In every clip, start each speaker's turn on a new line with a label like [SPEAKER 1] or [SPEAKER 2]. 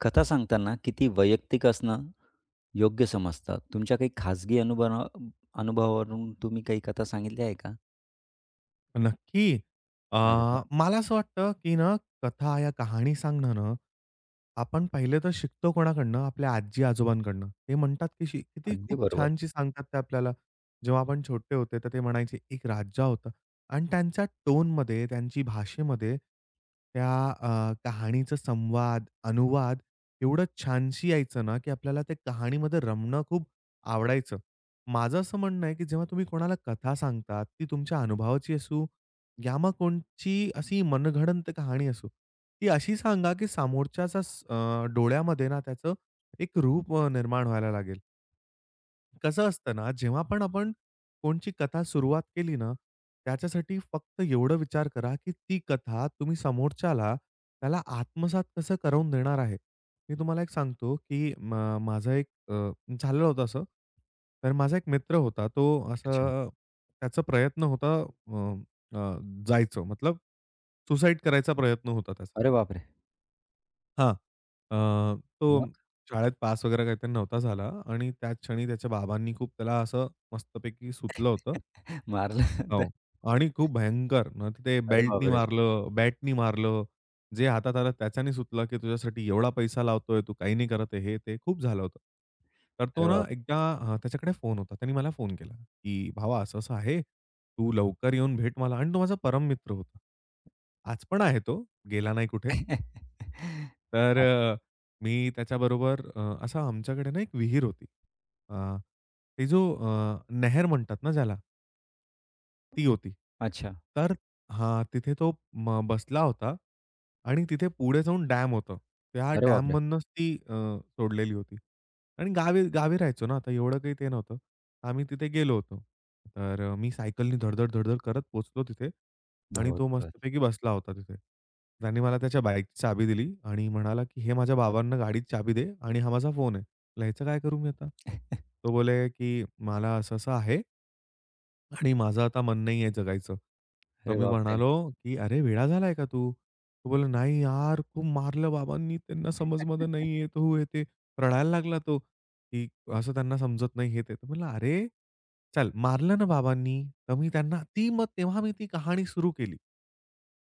[SPEAKER 1] कथा सांगताना किती वैयक्तिक असणं योग्य समजतं? तुमच्या काही खाजगी अनुभवावरून तुम्ही काही कथा सांगितली आहे का?
[SPEAKER 2] नक्की. अ,
[SPEAKER 1] अरे वाह!
[SPEAKER 2] मला असं वाटतं, की ना कथा या कहाणी सांगणं ना, आपण पहिले तर शिकतो कोणाकडनं? आपल्या आजी-आजोबांकडनं. ते म्हणतात, की शी किती
[SPEAKER 1] अगदी
[SPEAKER 2] खूप
[SPEAKER 1] बरोबर.
[SPEAKER 2] छानशी सांगतात ते आपल्याला. जेव्हा आपण छोटे होते, तर ते म्हणायचे, "एक राजा होता." आणि त्यांच्या टोनमध्ये, त्यांची भाषेमध्ये त्या कहाणीचा संवाद, अनुवाद एवढं छानशी यायचं ना, की आपल्याला ते कहाणीमध्ये रमणं खूप आवडायचं. माझं असं म्हणणं आहे, की जेव्हा तुम्ही कोणाला कथा सांगतात, ती तुमच्या अनुभवाची असू, या मग कोणची अशी मनगडंत कहाणी असो, ती अशी सांगा, की डोळ्यामध्ये ना त्याचं एक रूप निर्माण व्हायला लागेल. कसं असतं ना, जेव्हा पण आपण कोणची कथा सुरुवात केली ना, त्याच्यासाठी फक्त एवढं विचार करा, की ती कथा तुम्ही समोरच्याला त्याला आत्मसात कसं करवून देणार आहे. मी तुम्हाला एक सांगतो, की माझा एक अ, झालेलं होतं असं. तर माझा एक मित्र होता. तो
[SPEAKER 1] अच्छा.
[SPEAKER 2] असं त्याचा प्रयत्न होता अ, अ, जायचं मतलब सुसाईड करायचा प्रयत्न होता त्याचा.
[SPEAKER 1] अरे बापरे!
[SPEAKER 2] हां. तो
[SPEAKER 1] मग?
[SPEAKER 2] शाळेत पास वगैरे काहीतरी नव्हता झाला आणि त्याच क्षणी त्याच्या बाबांनी खूप त्याला असं मस्तपैकी सुतलं होतं
[SPEAKER 1] मारलं तर
[SPEAKER 2] हो. आणि खूप भयंकर. मग ते
[SPEAKER 1] अरे
[SPEAKER 2] बेल्टनी
[SPEAKER 1] बापरे!
[SPEAKER 2] मारलं, बॅटनी मारलं. जे हातात आलं त्याच्याने सुतलं, की तुझ्यासाठी एवढा पैसा लावतोय, तू काही नाही करत आहे, हे ते खूप झालं होतं. तर
[SPEAKER 1] अरे
[SPEAKER 2] तो ना
[SPEAKER 1] बापरे!
[SPEAKER 2] एकदा त्याच्याकडे फोन होता. त्याने मला फोन केला, की "भावा असं-असं आहे. तू लवकर येऊन भेट मला" आणि तो माझा परम मित्र होता. आज पण आहे तो, गेला नाही कुठे. तर
[SPEAKER 1] हां.
[SPEAKER 2] अ, मी त्याच्याबरोबर असा आमच्याकडे ना एक विहीर होती. अ, ती जो नहर म्हणतात ना ज्याला, ती होती.
[SPEAKER 1] अच्छा.
[SPEAKER 2] तर हां, तिथे तो बसला होता आणि तिथे पुढे जाऊन डॅम होतं. त्या
[SPEAKER 1] अरे बापरे!
[SPEAKER 2] डॅममधनंच ती सोडलेली होती. आणि गावी गावी राहायचो ना, तर एवढं काही ते नव्हतं. आम्ही तिथे गेलो होतो. तर मी सायकलनी धड-धड, धडधड करत पोहोचलो तिथे आणि
[SPEAKER 1] धावत
[SPEAKER 2] तो
[SPEAKER 1] पळत.
[SPEAKER 2] मस्तपैकी बसला होता तिथे. त्याने मला त्याच्या बाईकची चाबी दिली आणि म्हणाला, की "हे माझ्या बाबांना गाडीची चाबी दे आणि हा माझा फोन आहे." म्हटलं, काय करू मी आता? तो बोले, की "मला असं-असं आहे." आणि माझं आता मन नाही आहे जगायचं. तर
[SPEAKER 1] अरे
[SPEAKER 2] मी
[SPEAKER 1] बापरे!
[SPEAKER 2] म्हणालो, की "अरे वेडा झालाय का तू?" तो बोलला, "नाही यार, खूप मारलं बाबांनी. त्यांना समजमध्ये नाही येत हो, हे ते." रडायला लागला तो, की असं त्यांना समजत नाही हे ते. तर म्हणलं, "अरे, चल मारलं ना बाबांनी." तर मी त्यांना ती मग तेव्हा मी ती कहाणी सुरू केली.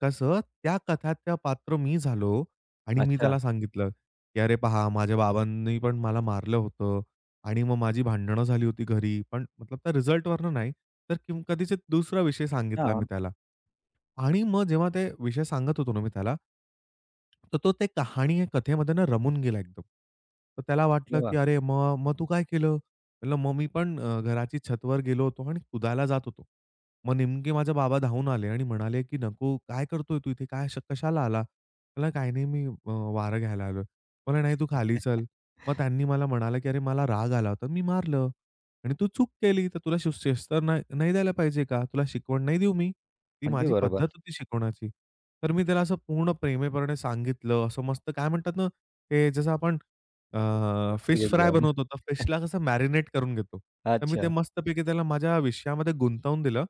[SPEAKER 2] कसं त्या कथाचं पात्र मी झालो आणि मी
[SPEAKER 1] अच्छा.
[SPEAKER 2] त्याला सांगितलं, की "अरे पहा, माझ्या बाबांनी पण मला मारलं होतं. आणि मग माझी भांडणं झाली होती घरी. पण मतलब त्या रिझल्टवरनं नाही, तर किम कधीच दुसरा विषय सांगितला मी
[SPEAKER 1] हां.
[SPEAKER 2] त्याला. आणि मग जेव्हा ते विषय सांगत होतो ना मी त्याला, तर तो ते कहाणी या कथेमध्ये ना रमून गेला एकदम. तर त्याला
[SPEAKER 1] अरे
[SPEAKER 2] वाटलं,
[SPEAKER 1] वाह!
[SPEAKER 2] की "अरे मग मग तू काय केलं?" म्हटलं, "मग मी पण घराची छतवर गेलो होतो आणि कुदायला जात होतो. मग नेमके माझे बाबा धावून आले आणि म्हणाले, की 'नको, काय करतोय तू इथे? कशाला आला?' म्हटलं, "काही नाही, मी वारं घ्यायला आलोय." म्हणाले, "नाही, तू खाली चल." मग त्यांनी मला म्हणाला, की "अरे मला राग आला होता, मी मारलं आणि तू चूक केली, तर तुला शिस्तर नाही नाही द्यायला पाहिजे का? तुला शिकवण नाही देऊ मी? ती
[SPEAKER 1] अगदी
[SPEAKER 2] माझी पद्धत
[SPEAKER 1] बरोबर.
[SPEAKER 2] होती शिकवण्याची." तर मी त्याला असं पूर्ण प्रेमळपणे सांगितलं. असं मस्त काय म्हणतात ना, ते जसं आपण
[SPEAKER 1] लाडी
[SPEAKER 2] फिश
[SPEAKER 1] गोडी
[SPEAKER 2] फ्राय
[SPEAKER 1] लावून.
[SPEAKER 2] बनवतो, तर फिशला कसं मॅरिनेट करून घेतो. तर मी ते
[SPEAKER 1] अच्छा.
[SPEAKER 2] मस्तपैकी त्याला माझ्या विषयामध्ये गुंतवून दिलं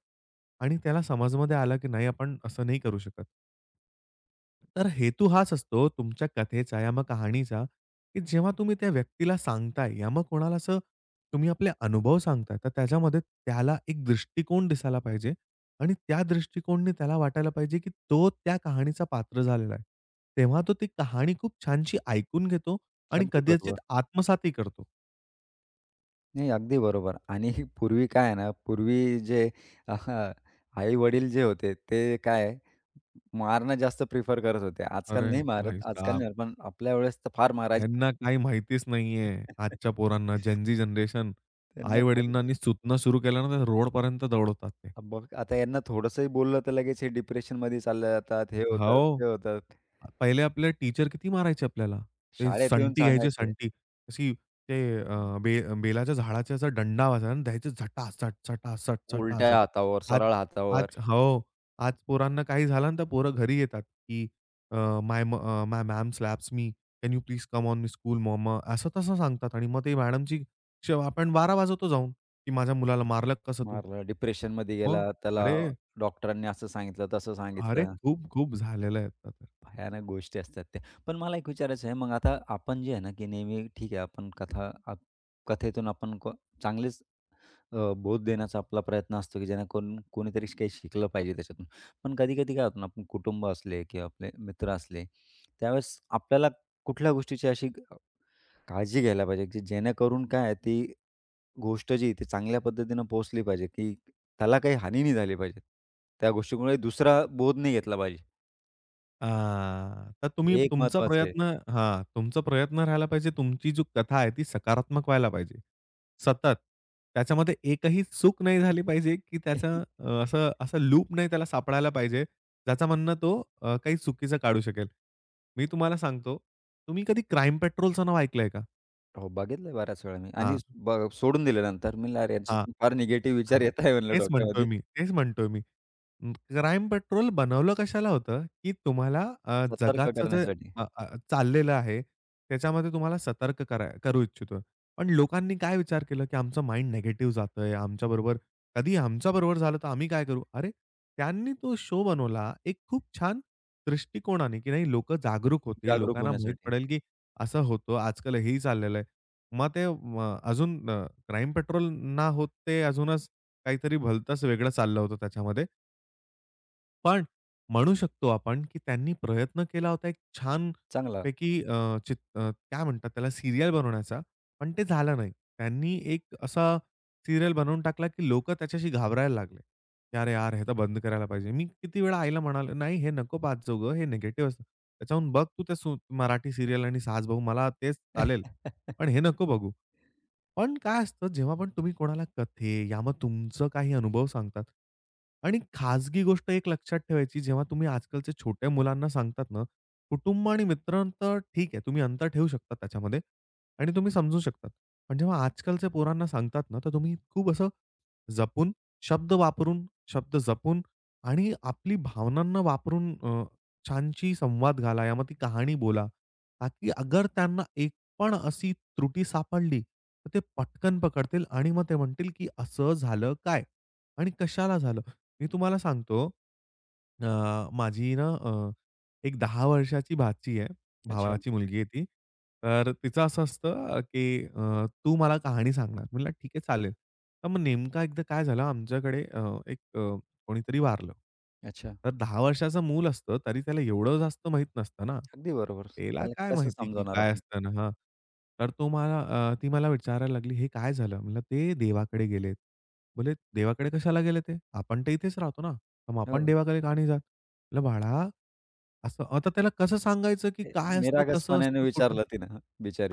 [SPEAKER 2] आणि त्याला समजमध्ये आलं, की नाही आपण असं नाही करू शकत. तर हेतू हाच असतो तुमच्या कथेचा या मग कहाणीचा, की जेव्हा तुम्ही त्या व्यक्तीला सांगताय या मग कोणाला असं तुम्ही आपले अनुभव सांगताय, तर त्याच्यामध्ये त्याला एक दृष्टिकोन दिसायला पाहिजे आणि त्या दृष्टिकोनने त्याला वाटायला पाहिजे, की तो त्या कहाणीचा पात्र झालेला आहे. तेव्हा तो ती कहाणी खूप छानशी ऐकून घेतो आणि
[SPEAKER 1] अगदी
[SPEAKER 2] कदाचित
[SPEAKER 1] बरोबर.
[SPEAKER 2] आत्मसातही करतो.
[SPEAKER 1] नाही, अगदी बरोबर. आणि पूर्वी काय आहे ना, पूर्वी जे आई-वडील जे होते ते काय मारणं जास्त प्रिफर करत होते.
[SPEAKER 2] अरे
[SPEAKER 1] आजकाल नाही मारत.
[SPEAKER 2] भाई
[SPEAKER 1] आजकाल नाही मारत. पण आपल्या वेळेस तर फार मारायचे.
[SPEAKER 2] ह्यांना काही माहितीच नाहीये आजच्या पोरांना, जेन जनरेशन.
[SPEAKER 1] त्यांना खरंच
[SPEAKER 2] आई-वडिलांनी सुतणं सुरू केलं ना, तर रोडपर्यंत दौडवतात ते.
[SPEAKER 1] बघ आता यांना थोडंसंही बोललं तर लगेच हे डिप्रेशनमध्ये चालले जातात. हे होतात,
[SPEAKER 2] हो.
[SPEAKER 1] ते होतात.
[SPEAKER 2] पहिले आपले टीचर किती मारायचे आपल्याला. ते
[SPEAKER 1] शाळेत येऊन
[SPEAKER 2] संटी घ्यायचे
[SPEAKER 1] सांगायचे.
[SPEAKER 2] संटी. अशी ते अ, बे बेलाच्या झाडाचा असा दंडा वाजायचा आणि द्यायचे झटासट, झटासट,
[SPEAKER 1] उलट्या
[SPEAKER 2] झटासट.
[SPEAKER 1] हातावर,
[SPEAKER 2] आज
[SPEAKER 1] सरळ हातावर
[SPEAKER 2] आज हो. आज पोरांना काही झालं ना, तर पोरं घरी येतात, की अ, माय म my ma'am slaps me. Can you please come on me school mama. असं-तसं सांगतात आणि मग ते मॅडमची आपण वारा वाजवतो जाऊन, की माझ्या मुलाला मारलं कसं तू?
[SPEAKER 1] मारलं. डिप्रेशनमध्ये
[SPEAKER 2] मग
[SPEAKER 1] गेला. त्याला
[SPEAKER 2] अरे,
[SPEAKER 1] डॉक्टरांनी असं सांगितलं, तसं
[SPEAKER 2] अरे
[SPEAKER 1] सांगितलं.
[SPEAKER 2] खूप खूप झालेलं आहे आता.
[SPEAKER 1] भयानक गोष्टी असतात त्या. पण मला एक विचारायचं आहे, मग आता आपण जे आहे ना, की नेहमी ठीक आहे आपण कथेतून आपण चांगलेच बोध देण्याचा आपला प्रयत्न असतो, की जेणेकरून कोणीतरी काही शिकलं पाहिजे त्याच्यातून. पण कधी-कधी काय होतं ना, आपण कुटुंब असले किंवा आपले मित्र असले, त्यावेळेस आपल्याला कुठल्या गोष्टीची अशी काळजी घ्यायला पाहिजे, की जेणेकरून काय आहे, ती गोष्ट जी आहे, ती चांगल्या पद्धतीनं पोहोचली पाहिजे, की त्याला काही हानी नाही झाली पाहिजे. त्या गोष्टीमुळे दुसरा बोध नाही घेतला पाहिजे.
[SPEAKER 2] हां. तर तुम्ही
[SPEAKER 1] हे एक
[SPEAKER 2] तुमचा
[SPEAKER 1] महत्त्वाचं आहे.
[SPEAKER 2] प्रयत्न हां, तुमचा प्रयत्न राहायला पाहिजे. तुमची जी कथा आहे ती सकारात्मक व्हायला पाहिजे. सतत. त्याच्यामध्ये एकही चूक नाही झाली पाहिजे, की त्याचं असं असं लूप नाही त्याला सापडायला पाहिजे, ज्याच्यामधनं तो काही चुकीचं काढू शकेल. मी तुम्हाला सांगतो, तुम्ही कधी क्राईम पेट्रोलचं नाव ऐकलंय का?
[SPEAKER 1] हो, बघितलंय बऱ्याच वेळा मी आणि
[SPEAKER 2] हां,
[SPEAKER 1] ब सोडून दिल्यानंतर मी "अरे,
[SPEAKER 2] हां.
[SPEAKER 1] यांच्यातून फार निगेटिव्ह विचार
[SPEAKER 2] हां.
[SPEAKER 1] येत आहे," म्हणलं
[SPEAKER 2] तेच म्हणतोय
[SPEAKER 1] डोक्यामध्ये.
[SPEAKER 2] मी, तेच म्हणतोय मी. अं, क्राईम पेट्रोल बनवलं कशाला होतं, की तुम्हाला
[SPEAKER 1] सतर्क
[SPEAKER 2] जगाचं जे
[SPEAKER 1] करण्यासाठी,
[SPEAKER 2] अ, अ, चाललेलं आहे, त्याच्यामध्ये तुम्हाला सतर्क करा करू इच्छितो. पण लोकांनी काय विचार केला, की आमचं माइंड निगेटिव्ह जातंय आमच्याबरोबर. कधी आमच्याबरोबर झालं तर आम्ही काय करू? अरे, त्यांनी तो शो बनवला एक खूप छान दृष्टिकोनाने, की नाही लोकं जागरूक होतील.
[SPEAKER 1] जागरूक
[SPEAKER 2] लोकांना माहीत
[SPEAKER 1] होण्यासाठी.
[SPEAKER 2] पडेल, की असं होतं आजकाल हेही चाललेलं आहे. मग ते अजून क्राईम पेट्रोल ना होत ते अजूनच काहीतरी भलताच वेगळं चाललं होतं त्याच्यामध्ये. पण म्हणू शकतो आपण, की त्यांनी प्रयत्न केला होता एक
[SPEAKER 1] चांगला.
[SPEAKER 2] छानपैकी काय म्हणतात त्याला सीरियल बनवण्याचा, पण ते झालं नाही. त्यांनी एक असा सीरियल बनवून टाकला, की लोकं त्याच्याशी घाबरायला लागले. की "अरे यार, हे तर बंद करायला पाहिजे." मी किती वेळा आईला म्हणालो, "नाही, हे नको पाहत जाऊ गं, हे निगेटिव्ह असतं. त्याच्याहून बघ तू ते सु मराठी सीरियल आणि सासबहू मला तेच चालेल, पण हे नको बघू." पण काय असतं, जेव्हा पण तुम्ही कोणाला कथे या मग तुमचं काही अनुभव सांगतात आणि खाजगी गोष्ट एक लक्षात ठेवायची, जेव्हा तुम्ही आजकालच्या छोट्या मुलांना सांगतात ना, कुटुंब आणि मित्र तर ठीक आहे, तुम्ही अंतर ठेवू शकता त्याच्यामध्ये आणि तुम्ही समजू शकतात. पण जेव्हा आजकालच्या पोरांना सांगतात ना, तर तुम्ही खूप असं जपून, शब्द वापरून, शब्द जपून आणि आपली भावनांना वापरून छानशी संवाद घाला, यामध्ये ती कहाणी बोला, ताकी अगर त्यांना एक पण अशी त्रुटी सापडली, तर ते पटकन पकडतील आणि मग ते म्हणतील, की "असं झालं काय? आणि कशाला झालं?" मी तुम्हाला सांगतो, अ, माझी एक 10 वर्षाची भाची आहे.
[SPEAKER 1] अच्छा,
[SPEAKER 2] भावाची मुलगी आहे ती. तर तिचं असं असतं, की "तू मला कहाणी सांगणार." म्हटलं, "ठीक आहे, चालेल." तर मग नेमका एकदा काय झालं आमच्याकडे एक कोणीतरी वारलं.
[SPEAKER 1] अच्छा.
[SPEAKER 2] तर 10 वर्षाचं मूल असतं, तरी त्याला एवढं जास्त माहीत नसतं ना.
[SPEAKER 1] अगदी बरोबर.
[SPEAKER 2] त्याला
[SPEAKER 1] त्याला
[SPEAKER 2] काय
[SPEAKER 1] कसं
[SPEAKER 2] माहिती की
[SPEAKER 1] समजावणार
[SPEAKER 2] काय
[SPEAKER 1] आपण?
[SPEAKER 2] असतं ना हां. तर तो मला अ, ती मला विचारायला लागली, "हे काय झालं?" म्हणलं, "ते देवाकडे गेलेत." बोलले, "देवाकडे कशाला गेले ते? आपण तर इथेच राहतो ना. मग आपण
[SPEAKER 1] हो.
[SPEAKER 2] देवाकडे का नाही जात?" म्हटलं, "बाळा, असं" आता त्याला कसं सांगायचं, की
[SPEAKER 1] ते
[SPEAKER 2] काय असतं, कसं
[SPEAKER 1] निरागसपणाने
[SPEAKER 2] असतं, कुठं
[SPEAKER 1] विचारलं तिनं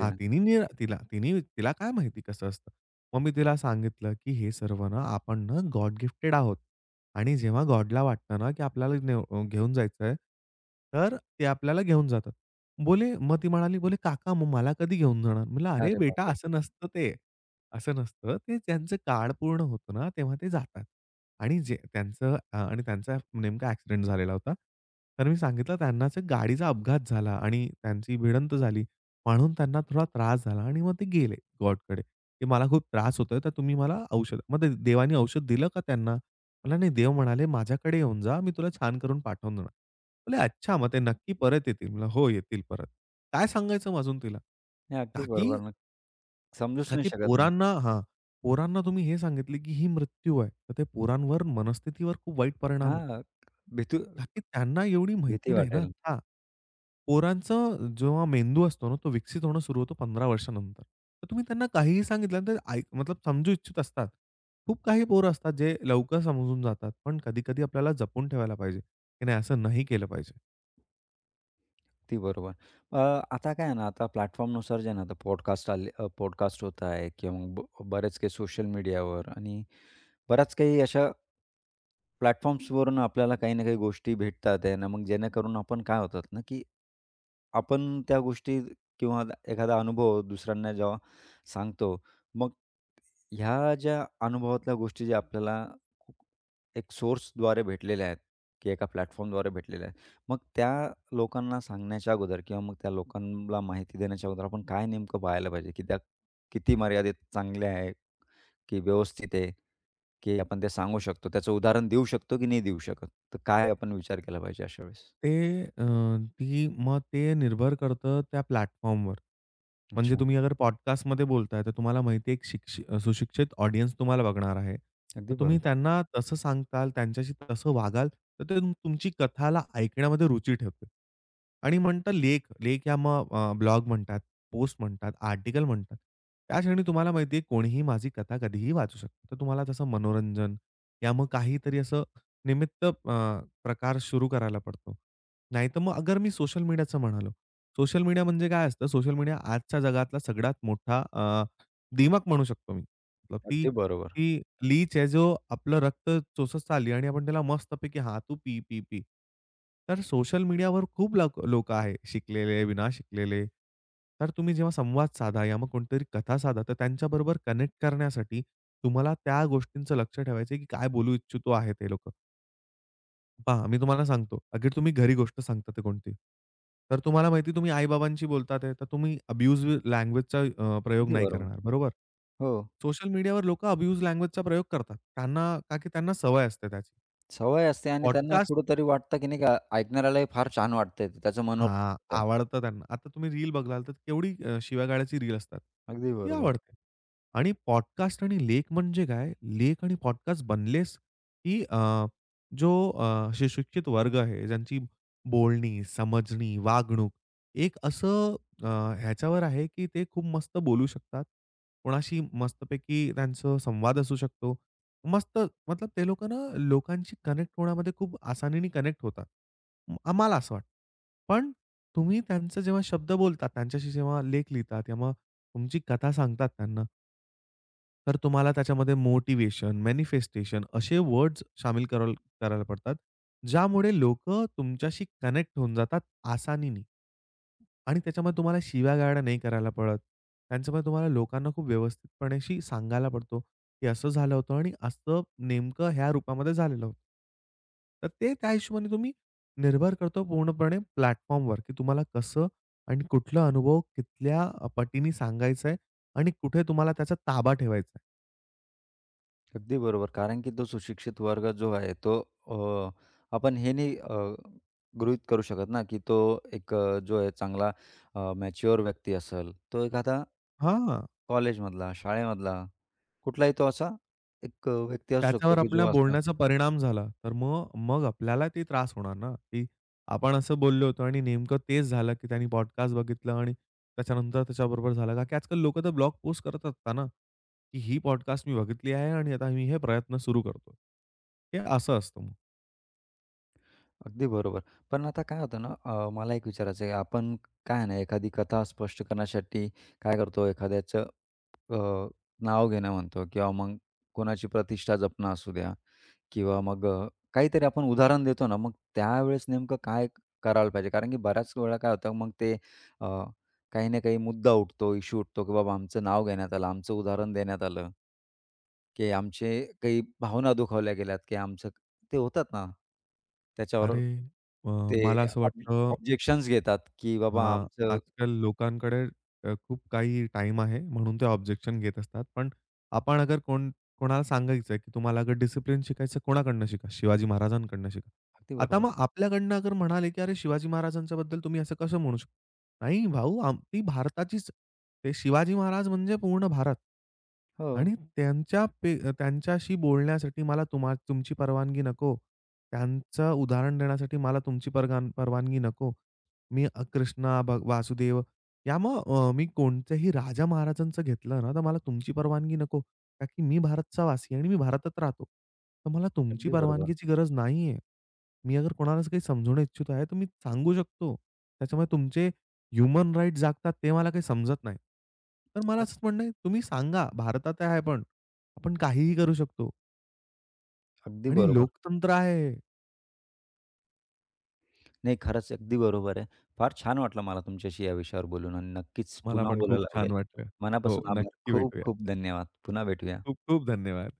[SPEAKER 2] हां, तिनी नि तिला तिनी तिला काय माहिती कसं असतं. मग मी तिला सांगितलं, की हे सर्व ना आपण ना गॉड गिफ्टेड आहोत आणि जेव्हा गॉडला वाटतं ना, की आपल्याला घेऊन जायचं आहे, तर ते आपल्याला घेऊन जातात. बोले मग ती म्हणाली, बोले, "काका, मग मला कधी घेऊन जाणार?" म्हटलं, "अरे
[SPEAKER 1] अरे
[SPEAKER 2] बेटा,
[SPEAKER 1] बापरे!
[SPEAKER 2] असं नसतं ते. असं नसतं. ते त्यांचं काळ पूर्ण होतं ना, तेव्हा ते जातात." आणि जे त्यांचं आणि त्यांचा नेमका ॲक्सिडेंट झालेला होता. तर मी सांगितलं त्यांनाच गाडीचा अपघात झाला आणि त्यांची भिडंत झाली. म्हणून त्यांना थोडा त्रास झाला आणि मग ते गेले गॉडकडे, की मला खूप त्रास होतोय, तर तुम्ही मला औषध मग ते देवाने औषध दिलं का त्यांना? मला नाही देव म्हणाले, "माझ्याकडे येऊन जा, मी तुला छान करून पाठवून देणार." म्हटलं, "अच्छा, मग ते नक्की परत येतील?" म्हणलं, "हो, येतील परत." काय सांगायचं मग अजून तिला?
[SPEAKER 1] हे
[SPEAKER 2] का
[SPEAKER 1] अगदी बरोबर ना. समजूच
[SPEAKER 2] का
[SPEAKER 1] नाही
[SPEAKER 2] की
[SPEAKER 1] शकत ना.
[SPEAKER 2] पोरांना हां. पोरांना तुम्ही हे सांगितले, की ही मृत्यू आहे. तर ते पोरांवर मनस्थितीवर खूप वाईट परिणाम होतो.
[SPEAKER 1] हां, भीती
[SPEAKER 2] का की त्यांना एवढी
[SPEAKER 1] भीती
[SPEAKER 2] माहिती नाही ना
[SPEAKER 1] वाटेल.
[SPEAKER 2] आता. पोरांचं जेव्हा मेंदू असतो ना, तो विकसित होणं सुरू होतो 15 वर्षानंतर. तर तुम्ही त्यांना काहीही सांगितलं तर ऐक मतलब समजू इच्छित असतात. खूप काही पोरं असतात जे लवकर समजून जातात. पण कधी-कधी आपल्याला जपून ठेवायला पाहिजे, की नाही असं नाही केलं पाहिजे.
[SPEAKER 1] अगदी बरोबर. अ, आता काय आहे ना, आता प्लॅटफॉर्मनुसार जे आहे ना, आता पॉडकास्ट होत आहे किंवा मग ब बरेच काही सोशल मीडियावर आणि बऱ्याच काही अशा प्लॅटफॉर्म्सवरून आपल्याला काही ना काही गोष्टी भेटतात आहे ना, मग जेणेकरून आपण काय होतात ना, की आपण त्या गोष्टी किंवा एखादा अनुभव दुसऱ्यांना जेव्हा सांगतो, मग ह्या ज्या अनुभवातल्या गोष्टी ज्या आपल्याला खूप एक सोर्सद्वारे भेटलेल्या आहेत, की एका प्लॅटफॉर्मद्वारे भेटलेल्या आहेत. मग त्या लोकांना सांगण्याच्या अगोदर किंवा मग त्या लोकांना माहिती देण्याच्या अगोदर आपण काय नेमकं पाहायला पाहिजे, की त्या किती मर्यादेत चांगल्या आहे, की व्यवस्थित आहे? की आपण ते सांगू शकतो. त्याचं उदाहरण देऊ शकतो की नाही देऊ शकत. तर काय आपण विचार केला पाहिजे अशा वेळेस?
[SPEAKER 2] ते अ, ती मग ते निर्भर करतं त्या प्लॅटफॉर्मवर. म्हणजे
[SPEAKER 1] अच्छा.
[SPEAKER 2] तुम्ही अगर पॉडकास्टमध्ये बोलताय, तर तुम्हाला माहिती आहे एक सुशिक्षित ऑडियन्स तुम्हाला बघणार आहे.
[SPEAKER 1] अगदी
[SPEAKER 2] तर तुम्ही
[SPEAKER 1] बरोबर.
[SPEAKER 2] त्यांना तसं सांगताल, त्यांच्याशी तसं वागाल, तर ते तुमची कथाला ऐकण्यामध्ये रुची ठेवतील. आणि म्हणतं लेख या मग ब्लॉग म्हणतात, पोस्ट म्हणतात, आर्टिकल म्हणतात. त्या क्षणी तुम्हाला माहिती आहे कोणीही माझी कथा कधीही वाचू शकतो. तर तुम्हाला तसं मनोरंजन या मग काहीतरी असं निमित्त प्रकार सुरू करायला पडतो. नाहीतर मग अगर मी सोशल मीडियाचं म्हणालो. सोशल मीडिया म्हणजे काय असतं? सोशल मीडिया आजच्या जगातला सगळ्यात मोठा दिमक म्हणू शकतो मी. मतलब ती
[SPEAKER 1] अगदी बरोबर.
[SPEAKER 2] ती लीच आहे, जो आपलं रक्त चोचत चालली आणि आपण त्याला मस्तपैकी "हां, तू पी, पी, पी." तर सोशल मीडियावर खूप लोकं आहे, शिकलेले, विना शिकलेले. तर तुम्ही जेव्हा संवाद साधा या मग कोणतरी कथा साधा, तर त्यांच्याबरोबर कनेक्ट करण्यासाठी तुम्हाला त्या गोष्टींचं लक्ष ठेवायचं आहे, की काय बोलू इच्छितो आहे ते लोक पहा, मी तुम्हाला सांगतो. अगर तुम्ही घरी गोष्ट सांगतात आहे कोणती, तर तुम्हाला माहिती तुम्ही आई-बाबांशी बोलतात आहे, तर तुम्ही अब्यूज लँग्वेजचा प्रयोग
[SPEAKER 1] अगदी
[SPEAKER 2] नाही
[SPEAKER 1] बरोबर.
[SPEAKER 2] करणार, बरोबर?
[SPEAKER 1] हो.
[SPEAKER 2] सोशल मीडियावर लोकं अब्यूज लँग्वेजचा प्रयोग करतात. त्यांना का की त्यांना सवय असते त्याची.
[SPEAKER 1] सवय असते आणि त्यांना
[SPEAKER 2] पॉडकास्ट
[SPEAKER 1] कुठेतरी वाटतं की नाही का ऐकणाऱ्यालाही फार छान वाटतंय. ते त्याचं मनोरंजन
[SPEAKER 2] हां,
[SPEAKER 1] होतंय.
[SPEAKER 2] आवडतं त्यांना. आता तुम्ही रील बघाल, तर केवढी शिव्यागाळ्याची रील असतात.
[SPEAKER 1] अगदी
[SPEAKER 2] ती
[SPEAKER 1] बरोबर.
[SPEAKER 2] आवडते. आणि पॉडकास्ट आणि लेख म्हणजे काय? लेख आणि पॉडकास्ट बनलेच, की जो सुशिक्षित वर्ग आहे, ज्यांची बोलणी, समजणी, वागणूक एक असं अ, ह्याच्यावर आहे, की ते खूप मस्त बोलू शकतात. कोणाशी मस्तपैकी त्यांचा संवाद असू शकतो. मस्त मतलब ते लोकं ना, लोकांशी कनेक्ट होण्यामध्ये खूप आसानीने कनेक्ट होतात. मला असं वाटतं. पण तुम्ही त्यांचे जेव्हा शब्द बोलतात, त्यांच्याशी जेव्हा लेख लिहितात, तेव्हा तुमची कथा सांगतात त्यांना, तर तुम्हाला त्याच्यामध्ये मोटिव्हेशन, मॅनिफेस्टेशन असे वर्ड्स शामिल करायला पडतात, ज्यामुळे लोकं तुमच्याशी कनेक्ट होऊन जातात आसानीनी आणि त्याच्यामध्ये तुम्हाला शिव्या-गाळ्या नाही करायला पडत. त्यांच्यामुळे तुम्हाला लोकांना खूप व्यवस्थितपणेशी सांगायला पडतो, की असं झालं होतं आणि असं नेमकं ह्या रूपामध्ये झालेलं होतं. तर ते त्या हिशोबाने तुम्ही निर्भर करतो पूर्णपणे प्लॅटफॉर्मवर, की तुम्हाला कसं आणि कुठला अनुभव कितल्या पटीने सांगायचा आहे आणि कुठे तुम्हाला त्याचा ताबा ठेवायचा आहे.
[SPEAKER 1] अगदी बरोबर. कारण की तो सुशिक्षित वर्ग जो आहे तो अ, आपण हे नाही गृहीत करू शकत ना की तो एक जो आहे चांगला मॅच्युअर व्यक्ती असेल. तो एखादा
[SPEAKER 2] हां,
[SPEAKER 1] कॉलेजमधला, शाळेमधला कुठलाही तो असा एक व्यक्ती असू शकतो,
[SPEAKER 2] त्याच्यावर
[SPEAKER 1] की जो
[SPEAKER 2] आपल्या
[SPEAKER 1] असं
[SPEAKER 2] बोलण्याचा परिणाम झाला. तर मग मग आपल्याला ते त्रास होणार ना, की आपण असं बोललो होतो आणि नेमकं तेच झालं, की त्यांनी पॉडकास्ट बघितलं आणि त्याच्यानंतर त्याच्याबरोबर झालं. का की आजकाल लोकं तर ब्लॉग पोस्ट करत असतात ना, की ही पॉडकास्ट मी बघितली आहे आणि आता मी हे प्रयत्न सुरू करतो. हे असं असतं मग.
[SPEAKER 1] अगदी बरोबर. पण आता काय होतं ना, मला एक विचारायचं आहे, आपण काय आहे ना, एखादी कथा स्पष्ट करण्यासाठी काय करतो, एखाद्याचं अ, नाव घेणं म्हणतो किंवा मग कोणाची प्रतिष्ठा जपणं असू द्या किंवा मग काहीतरी आपण उदाहरण देतो ना, मग त्यावेळेस नेमकं काय करायला पाहिजे? कारण की बऱ्याच वेळा काय होतं, मग ते अ, काही ना काही मुद्दा उठतो, इश्यू उठतो, की बाबा आमचं नाव घेण्यात आलं, आमचं उदाहरण देण्यात आलं. की आमचे काही भावना दुखावल्या गेल्यात, की आमचं ते होतात ना, त्याच्यावर
[SPEAKER 2] अरे, अ,
[SPEAKER 1] ते
[SPEAKER 2] मला असं
[SPEAKER 1] ऑब
[SPEAKER 2] वाटतं
[SPEAKER 1] ऑब्जेक्शन्स घेतात, की बाबा
[SPEAKER 2] हां,
[SPEAKER 1] आमचं
[SPEAKER 2] आजकाल लोकांकडे खूप काही टाईम आहे, म्हणून ते ऑब्जेक्शन घेत असतात. पण आपण अगर कोणाला सांगायचं आहे, की तुम्हाला अगर डिसिप्लिन शिकायचं कोणाकडनं शिका? शिवाजी महाराजांकडनं शिका.
[SPEAKER 1] अगदी
[SPEAKER 2] आता
[SPEAKER 1] बरोबर.
[SPEAKER 2] मग आपल्याकडनं अगर म्हणाले, की "अरे, शिवाजी महाराजांच्याबद्दल तुम्ही असं कसं म्हणू शकता?" नाही भाऊ, आम ती भारताचीच ते शिवाजी महाराज म्हणजे पूर्ण भारत.
[SPEAKER 1] हो,
[SPEAKER 2] आणि त्यांच्याशी बोलण्यासाठी मला तुमची परवानगी नको. त्यांचं उदाहरण देण्यासाठी मला तुमची परवानगी नको. मी कृष्णा, वासुदेव या मग मी कोणत्याही राजा महाराजांचं घेतलं ना, तर मला तुमची परवानगी नको. का की मी भारतचा वासी आहे आणि मी भारतात राहतो. तर मला तुमची
[SPEAKER 1] अगदी बरोबर.
[SPEAKER 2] परवानगीची गरज नाहीये. मी अगर कोणालाच काही समजवणं इच्छित आहे, तर मी सांगू शकतो. त्याच्यामुळे तुमचे ह्युमन राइट्स जागतात ते मला काही समजत नाही. तर मला
[SPEAKER 1] अ,
[SPEAKER 2] असंच म्हणणं आहे, तुम्ही सांगा भारतात आहे आपण. आपण काहीही करू शकतो
[SPEAKER 1] अगदी
[SPEAKER 2] आणि
[SPEAKER 1] बरोबर.
[SPEAKER 2] लोकतंत्र आहे
[SPEAKER 1] नाही, खरंच अगदी बरोबर आहे. फार छान वाटलं मला तुमच्याशी या विषयावर बोलून आणि नक्कीच
[SPEAKER 2] मला
[SPEAKER 1] पुन्हा
[SPEAKER 2] पण खूप
[SPEAKER 1] बोलायला
[SPEAKER 2] छान
[SPEAKER 1] आवडेल.
[SPEAKER 2] वाटलं. हो,
[SPEAKER 1] मनापासून आभार.
[SPEAKER 2] नक्की
[SPEAKER 1] खूप
[SPEAKER 2] भेटूया.
[SPEAKER 1] खूप धन्यवाद. पुन्हा भेटूया.
[SPEAKER 2] खूप खूप धन्यवाद.